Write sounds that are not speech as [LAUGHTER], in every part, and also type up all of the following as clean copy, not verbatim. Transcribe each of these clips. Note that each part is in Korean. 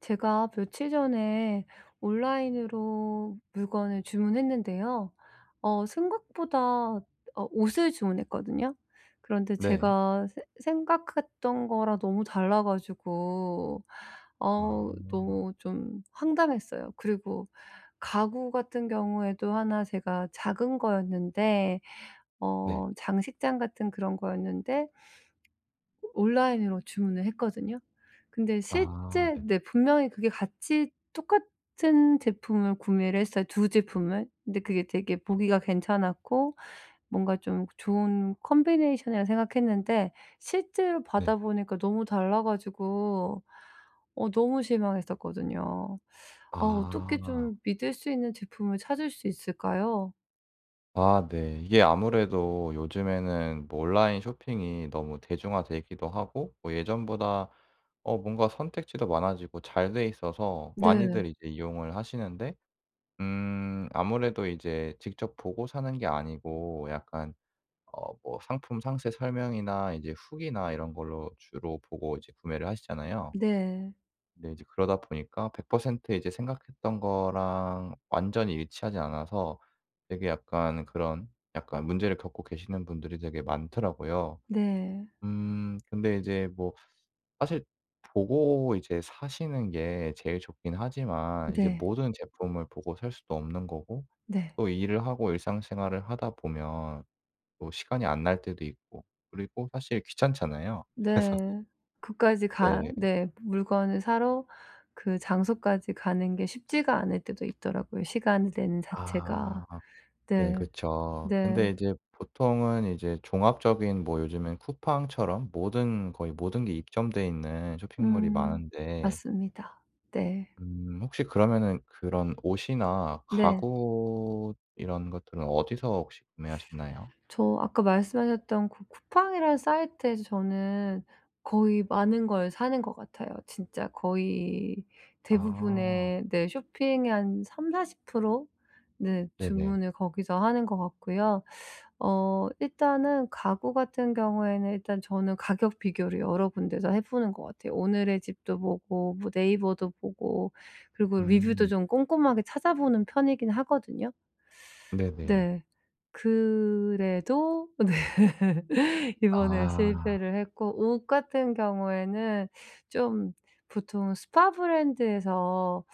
제가 며칠 전에 온라인으로 물건을 주문했는데요. 생각보다 옷을 주문했거든요. 그런데 네. 제가 세 생각했던 거랑 너무 달라 가지고 아. 너무 좀 황당했어요. 그리고 가구 같은 경우에도 하나 제가 작은 거였는데 네. 장식장 같은 그런 거였는데 온라인으로 주문을 했거든요. 근데 아 실제 네네. 네 분명히 그게 같이 똑같은 제품을 구매를 했어요, 두 제품을. 근데 그게 되게 보기가 괜찮았고 뭔가 좀 좋은 컨비네이션이라 생각했는데 실제로 네. 받아 보니까 너무 달라 가지고 너무 실망했었거든요. 아, 어떻게 아. 좀 믿을 수 있는 제품을 찾을 수 있을까요? 아 네. 이게 아무래도 요즘에는 뭐 온라인 쇼핑이 너무 대중화되기도 하고, 뭐 예전보다 뭔가 선택지도 많아지고 잘 돼 있어서 네. 많이들 이제 이용을 하시는데, 아무래도 이제 직접 보고 사는 게 아니고 약간 뭐 상품 상세 설명이나 이제 후기나 이런 걸로 주로 보고 이제 구매를 하시잖아요. 네. 네, 이제 그러다 보니까 100% 이제 생각했던 거랑 완전히 일치하지 않아서 되게 약간 그런 약간 문제를 겪고 계시는 분들이 되게 많더라고요. 네. 근데 이제 뭐 사실 보고 이제 사시는 게 제일 좋긴 하지만 이제 네. 모든 제품을 보고 살 수도 없는 거고, 네. 또 일을 하고 일상생활을 하다 보면 또 시간이 안 날 때도 있고, 그리고 사실 귀찮잖아요. [LAUGHS] 그래서. 네. 그까지 가 네. 네. 물건을 사러 그 장소까지 가는 게 쉽지가 않을 때도 있더라고요, 시간을 내는 아. 자체가. 네 네. 그쵸. 네. 근데 이제 보통은 이제 종합적인, 뭐 요즘엔 쿠팡처럼 모든 거의 모든 게 입점돼 있는 쇼핑몰이 음. 많은데, 맞습니다. 네. 혹시 그러면은 그런 옷이나 네. 가구 이런 것들은 어디서 혹시 구매하셨나요? 저 아까 말씀하셨던 그 쿠팡이라는 사이트에서 저는 거의 많은 걸 사는 것 같아요. 진짜 거의 아 대부분의 네 쇼핑의 한 30~40% 네 네네. 주문을 거기서 하는 것 같고요. 일단은 가구 같은 경우에는 일단 저는 가격 비교를 여러 군데서 해 보는 것 같아요. 오늘의 집도 보고 뭐 네이버도 보고 그리고 리뷰도 음 좀 꼼꼼하게 찾아보는 편이긴 하거든요. 네네. 네. 그래도 네. [LAUGHS] 이번에 아 실패를 했고 옷 같은 경우에는 좀 보통 스파 브랜드에서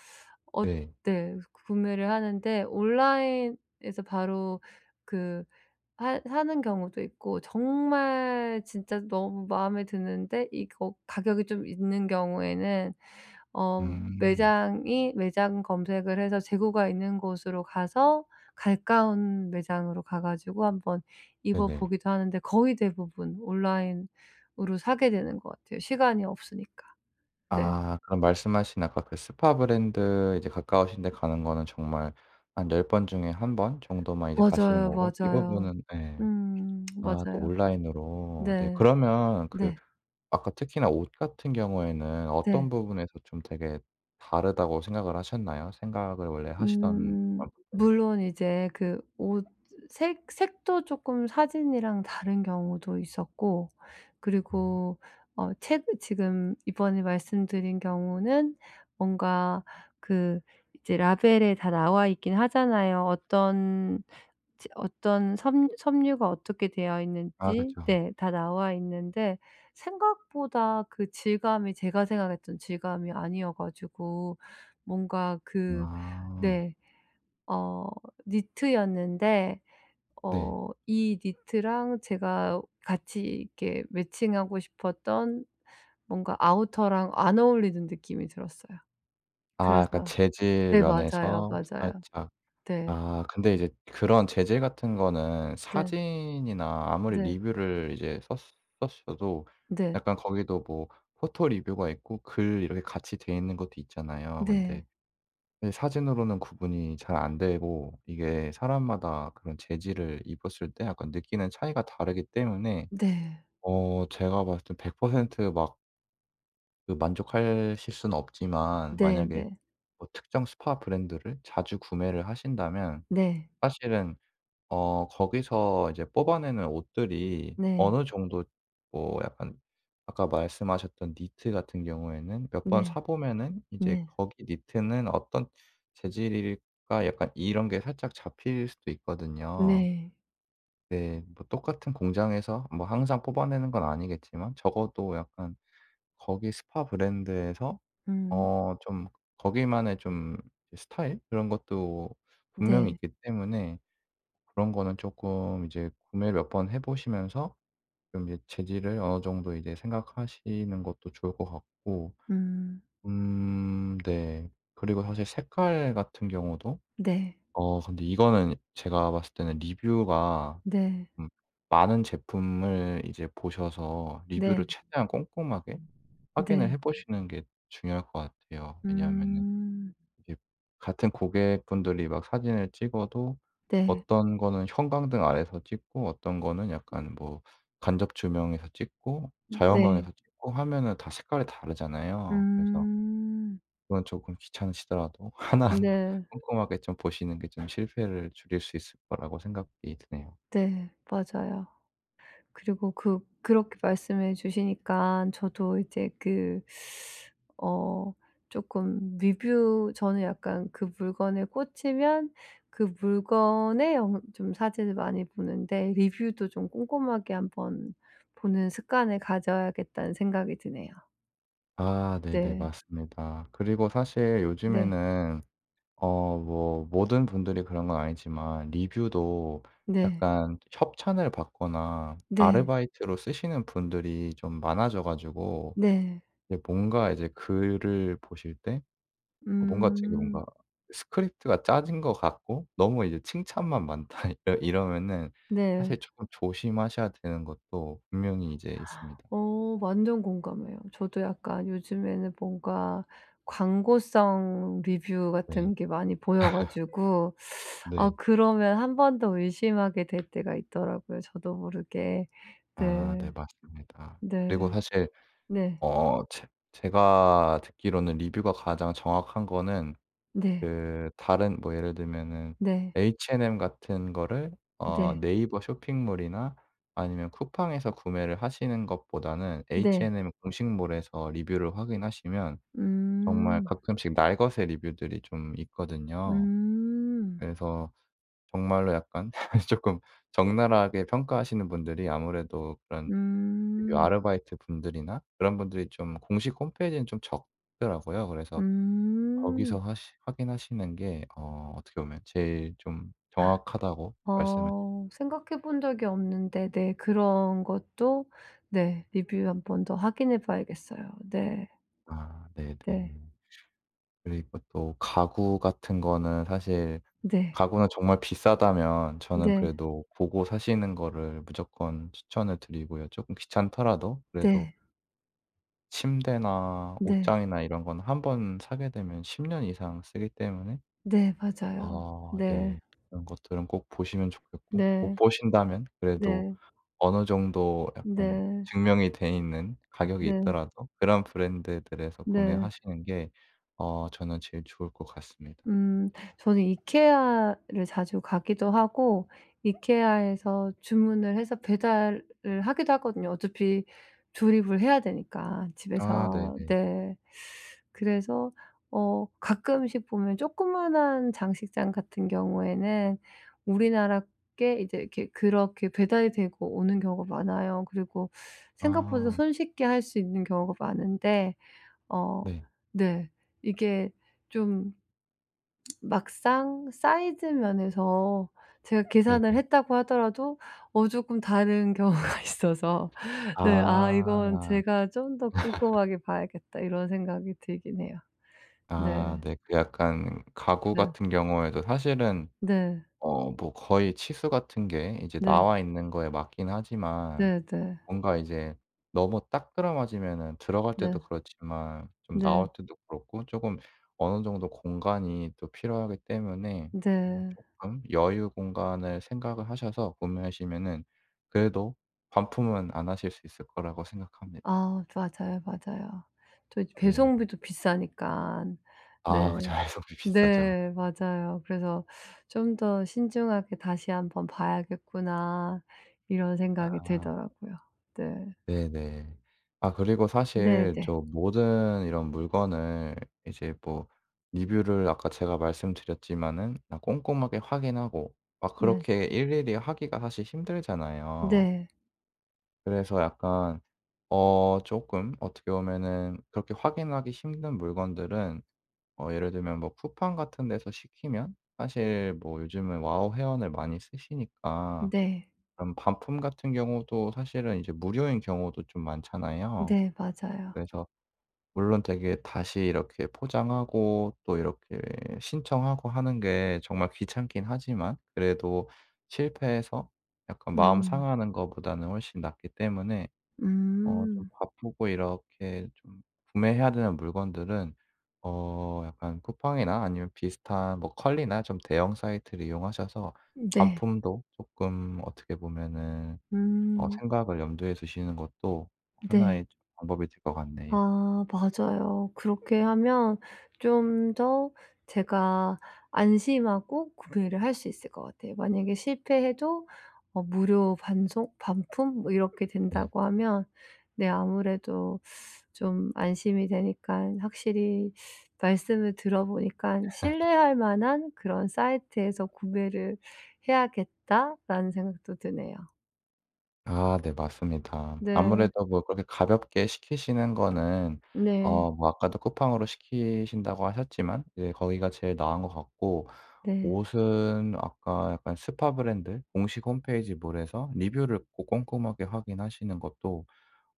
어 네. 네 구매를 하는데 온라인에서 바로 그 하 하는 경우도 있고 정말 진짜 너무 마음에 드는데 이거 가격이 좀 있는 경우에는 음 매장 검색을 해서 재고가 있는 곳으로 가서 가까운 매장으로 가 가지고 한번 입어 네네. 보기도 하는데 거의 대부분 온라인으로 사게 되는 것 같아요, 시간이 없으니까. 네. 아 그럼 말씀하신 아까 그 스파 브랜드 이제 가까우신 데 가는 거는 정말 한 10번 중에 한 번 정도만 이제 가시는 맞아요, 거고, 이 맞아요. 대부분은 예. 아 또 맞아요. 온라인으로. 네 네. 그러면 그 네. 아까 특히나 옷 같은 경우에는 어떤 네. 부분에서 좀 되게 다르다고 생각을 하셨나요? 생각을 원래 하시던 음 그런 부분. 물론 이제 그 옷 색 색도 쪼끔 사진이랑 다른 경우도 있었고 음. 그리고 최근 지금 이번에 말씀드린 경우는 뭔가 그 이제 라벨에 다 나와 있긴 하잖아요. 어떤 섬 섬유가 어떻게 되어 아 있는지 그쵸. 네 다 나와 있는데 생각보다 그 질감이 제가 생각했던 질감이 아니어 가지고 뭔가 그 아. 네. 어 니트였는데 네. 이 니트랑 제가 같이 이렇게 매칭하고 싶었던 뭔가 아우터랑 안 어울리는 느낌이 들었어요. 아 약간 그래서 재질 네 맞아요, 면에서 맞아요. 살짝. 네. 아 근데 이제 그런 제재 같은 거는 네. 사진이나 아무리 네. 리뷰를 이제 썼 썼어도 네. 약간 거기도 뭐 포토 리뷰가 있고 글 이렇게 같이 돼 있는 것도 있잖아요. 네. 근데 이 사진으로는 구분이 잘 안 되고, 이게 사람마다 그런 재질을 입었을 때 약간 느끼는 차이가 다르기 때문에 네. 제가 봤을 때 100%막 그 만족하실 수는 없지만, 만약에 네네. 뭐 특정 스파 브랜드를 자주 구매를 하신다면 네. 사실은 거기서 이제 뽑아내는 옷들이 네. 어느, 네, 정도 뭐 약간 아까 말씀하셨던 니트 같은 경우에는 몇 번 네. 사 보면은 이제 네. 거기 니트는 어떤 재질일까 약간 이런 게 살짝 잡힐 수도 네. 있거든요. 네, 네. 뭐 똑같은 공장에서 뭐 항상 뽑아내는 건 아니겠지만 적어도 약간 거기 스파 브랜드에서 음. 좀 거기만의 좀 스타일 그런 것도 분명히 네. 있기 때문에, 그런 거는 조금 이제 구매를 몇 번 해 보시면서 좀 이제 재질을 어느 정도 이제 생각하시는 것도 좋을 것 같고. 음. 네. 그리고 사실 색깔 같은 경우도 네. 근데 이거는 제가 봤을 때는 리뷰가 네. 좀 많은 제품을 이제 보셔서 리뷰를 네. 최대한 꼼꼼하게 확인을 네. 해 보시는 게 중요할 것 같아요. 왜냐하면은 음. 이게 같은 고객분들이 막 사진을 찍어도 네. 어떤 거는 형광등 아래서 찍고 어떤 거는 약간 뭐 간접 조명에서 찍고 네. 자연광에서 찍고 하면은 다 색깔이 다르잖아요. 그래서 음. 그건 조금 귀찮으시더라도 [LAUGHS] 하나하나 네. 꼼꼼하게 좀 보시는 게 좀 실패를 줄일 수 있을 거라고 생각이 드네요. 네. 맞아요. 그리고 그 그렇게 말씀해 주시니까 저도 이제 어 쪼끔 리뷰 저는 약간 그 물건에 꽂히면 그 물건의 영 좀 사진을 많이 보는데 리뷰도 좀 꼼꼼하게 한번 보는 습관을 가져야겠다는 생각이 드네요. 아 네네. 네. 맞습니다. 그리고 사실 네. 요즘에는 뭐 모든 분들이 그런 건 아니지만 리뷰도 네. 약간 협찬을 받거나 네. 아르바이트로 쓰시는 분들이 좀 많아져 가지고, 네. 이제 뭔가 이제 글을 보실 때 뭔가 되게 음. 뭔가 스크립트가 짜진 것 같고 너무 이제 '칭찬만 많다.' [LAUGHS] 이러면은 사실 네. 조금 조심하셔야 되는 것도 분명히 이제 있습니다. 완전 공감해요. 저도 약간 요즘에는 뭔가 광고성 리뷰 네. 같은 게 많이 보여 가지고 아, 네. 그러면 한 번 더 의심하게 될 때가 있더라고요, 저도 모르게. 아 네 네. 맞습니다. 그리고 네. 사실 네. 어 제 제가 듣기로는 리뷰가 가장 정확한 거는 네. 그 다른 뭐 예를 들면은 네. H&M 같은 거를 네. 네이버 쇼핑몰이나 아니면 쿠팡에서 구매를 하시는 것보다는 네. H&M 공식몰에서 리뷰를 확인하시면 정말 음. 가끔씩 날것의 리뷰들이 좀 있거든요. 음. 그래서 정말로 약간 [LAUGHS] 쪼끔 적나라하게 평가하시는 분들이, 아무래도 그런 그 음. 아르바이트 분들이나 그런 분들이 좀 공식 홈페이지는 좀 적더라고요. 그래서 거기서 음. 하시 확인하시는 게 어떻게 보면 제일 좀 정확하다고 말씀을. 생각해 본 적이 없는데 네 그런 것도 네 리뷰 한 번 더 확인해 봐야겠어요. 네. 아 네. 네네. 그리고 또 가구 같은 거는 사실 네. 가구는 정말 비싸다면 저는 네. 그래도 보고 사시는 거를 무조건 추천을 드리고요. 쪼끔 귀찮더라도 그래도 네. 침대나 네. 옷장이나 이런 건 한 번 사게 되면 10년 이상 쓰기 때문에. 네 맞아요. 아 네. 네. 그런 것들은 꼭 보시면 좋겠고 못 네. 보신다면 그래도 네. 어느 정도 약간 네. 증명이 돼 있는 가격이 네. 있더라도 그런 브랜드들에서 네. 구매하시는 게 저는 제일 좋을 것 같습니다. 음 저는 이케아를 자주 가기도 하고 이케아에서 주문을 해서 배달을 하기도 하거든요. 어차피 조립을 해야 되니까 아 집에서. 네네. 네. 그래서 가끔씩 보면 조그마한 장식장 같은 경우에는 우리나라 게 이제 이렇게 그렇게 배달이 되고 오는 경우가 많아요. 그리고 생각보다 아 손쉽게 할 수 있는 경우가 많은데 어 네. 네 이게 좀 막상 사이즈 면에서 제가 계산을 네네. 했다고 하더라도 조금 다른 [LAUGHS] 경우가 있어서 네 '아 이건 아. 제가 좀 더 꼼꼼하게 봐야겠다.' 이런 생각이 들긴 해요. 아 네. 네. 그 약간 가구 네. 같은 경우에도 사실은 네. 뭐 거의 치수 같은 게 이제 네. 나와 있는 거에 맞긴 하지만, 네네. 네. 뭔가 이제 너무 딱 들어맞으면은 들어갈 때도 네. 그렇지만 좀 나올 네. 때도 그렇고 조금 어느 정도 공간이 또 필요하기 때문에 네. 쪼끔 여유 공간을 생각을 하셔서 구매하시면은 그래도 반품은 안 하실 수 있을 거라고 생각합니다. 아, 맞아요, 맞아요. 또 이제 네. 배송비도 비싸니깐. 네. 아 그 좌회전비 [LAUGHS] 비싸죠. 네. 맞아요. 그래서 '좀 더 신중하게 다시 한번 봐야겠구나.' 이런 생각이 아. 들더라고요. 네. 네네. 아 그리고 사실 네네. 저 모든 이런 물건을 이제 뭐 리뷰를 아까 제가 말씀드렸지만은 아 꼼꼼하게 확인하고 막 네. 네. 그렇게 일일이 하기가 사실 힘들잖아요. 네. 그래서 약간 조금 어떻게 보면은 그렇게 확인하기 힘든 물건들은 예를 들면 뭐 쿠팡 같은 데서 시키면 사실 뭐 요즘은 와우 회원을 많이 쓰시니까 네. 그런 반품 같은 경우도 사실은 이제 무료인 경우도 좀 많잖아요. 네, 맞아요. 그래서 물론 되게 다시 이렇게 포장하고 또 이렇게 신청하고 하는 게 정말 귀찮긴 하지만 그래도 실패해서 약간 마음 음. 상하는 거보다는 훨씬 낫기 때문에 좀 음. 바쁘고 이렇게 좀 구매해야 되는 물건들은 약간 쿠팡이나 아니면 비슷한 뭐 컬리나 좀 대형 사이트를 이용하셔서 네. 반품도 조금 어떻게 보면은 음. 생각을 염두에 두시는 것도 네. 하나의 좀 방법이 될 것 같네요. 아, 맞아요. 그렇게 하면 좀 더 제가 안심하고 구매를 할 수 있을 것 같아요. 만약에 실패해도 무료 반송 반품 뭐 이렇게 네. 된다고 하면 네 아무래도 좀 안심이 되니까 확실히 말씀을 들어보니까 '신뢰할 만한 그런 사이트에서 구매를 해야겠다.'라는 생각도 드네요. 아 네 맞습니다. 네. 아무래도 뭐 그렇게 가볍게 시키시는 거는 네. 뭐 아까도 쿠팡으로 시키신다고 하셨지만 이제 거기가 제일 나은 것 같고, 네. 옷은 아까 약간 스파 브랜드 공식 홈페이지 몰에서 리뷰를 꼭 꼼꼼하게 확인하시는 것도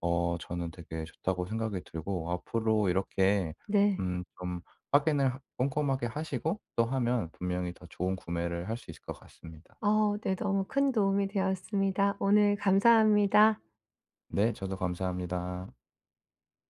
저는 되게 좋다고 생각이 들고, 앞으로 이렇게 네. 좀 확인을 하 꼼꼼하게 하시고 또 하면 분명히 더 좋은 구매를 할 수 있을 것 같습니다. 네. 너무 큰 도움이 되었습니다. 오늘 감사합니다. 네 저도 감사합니다.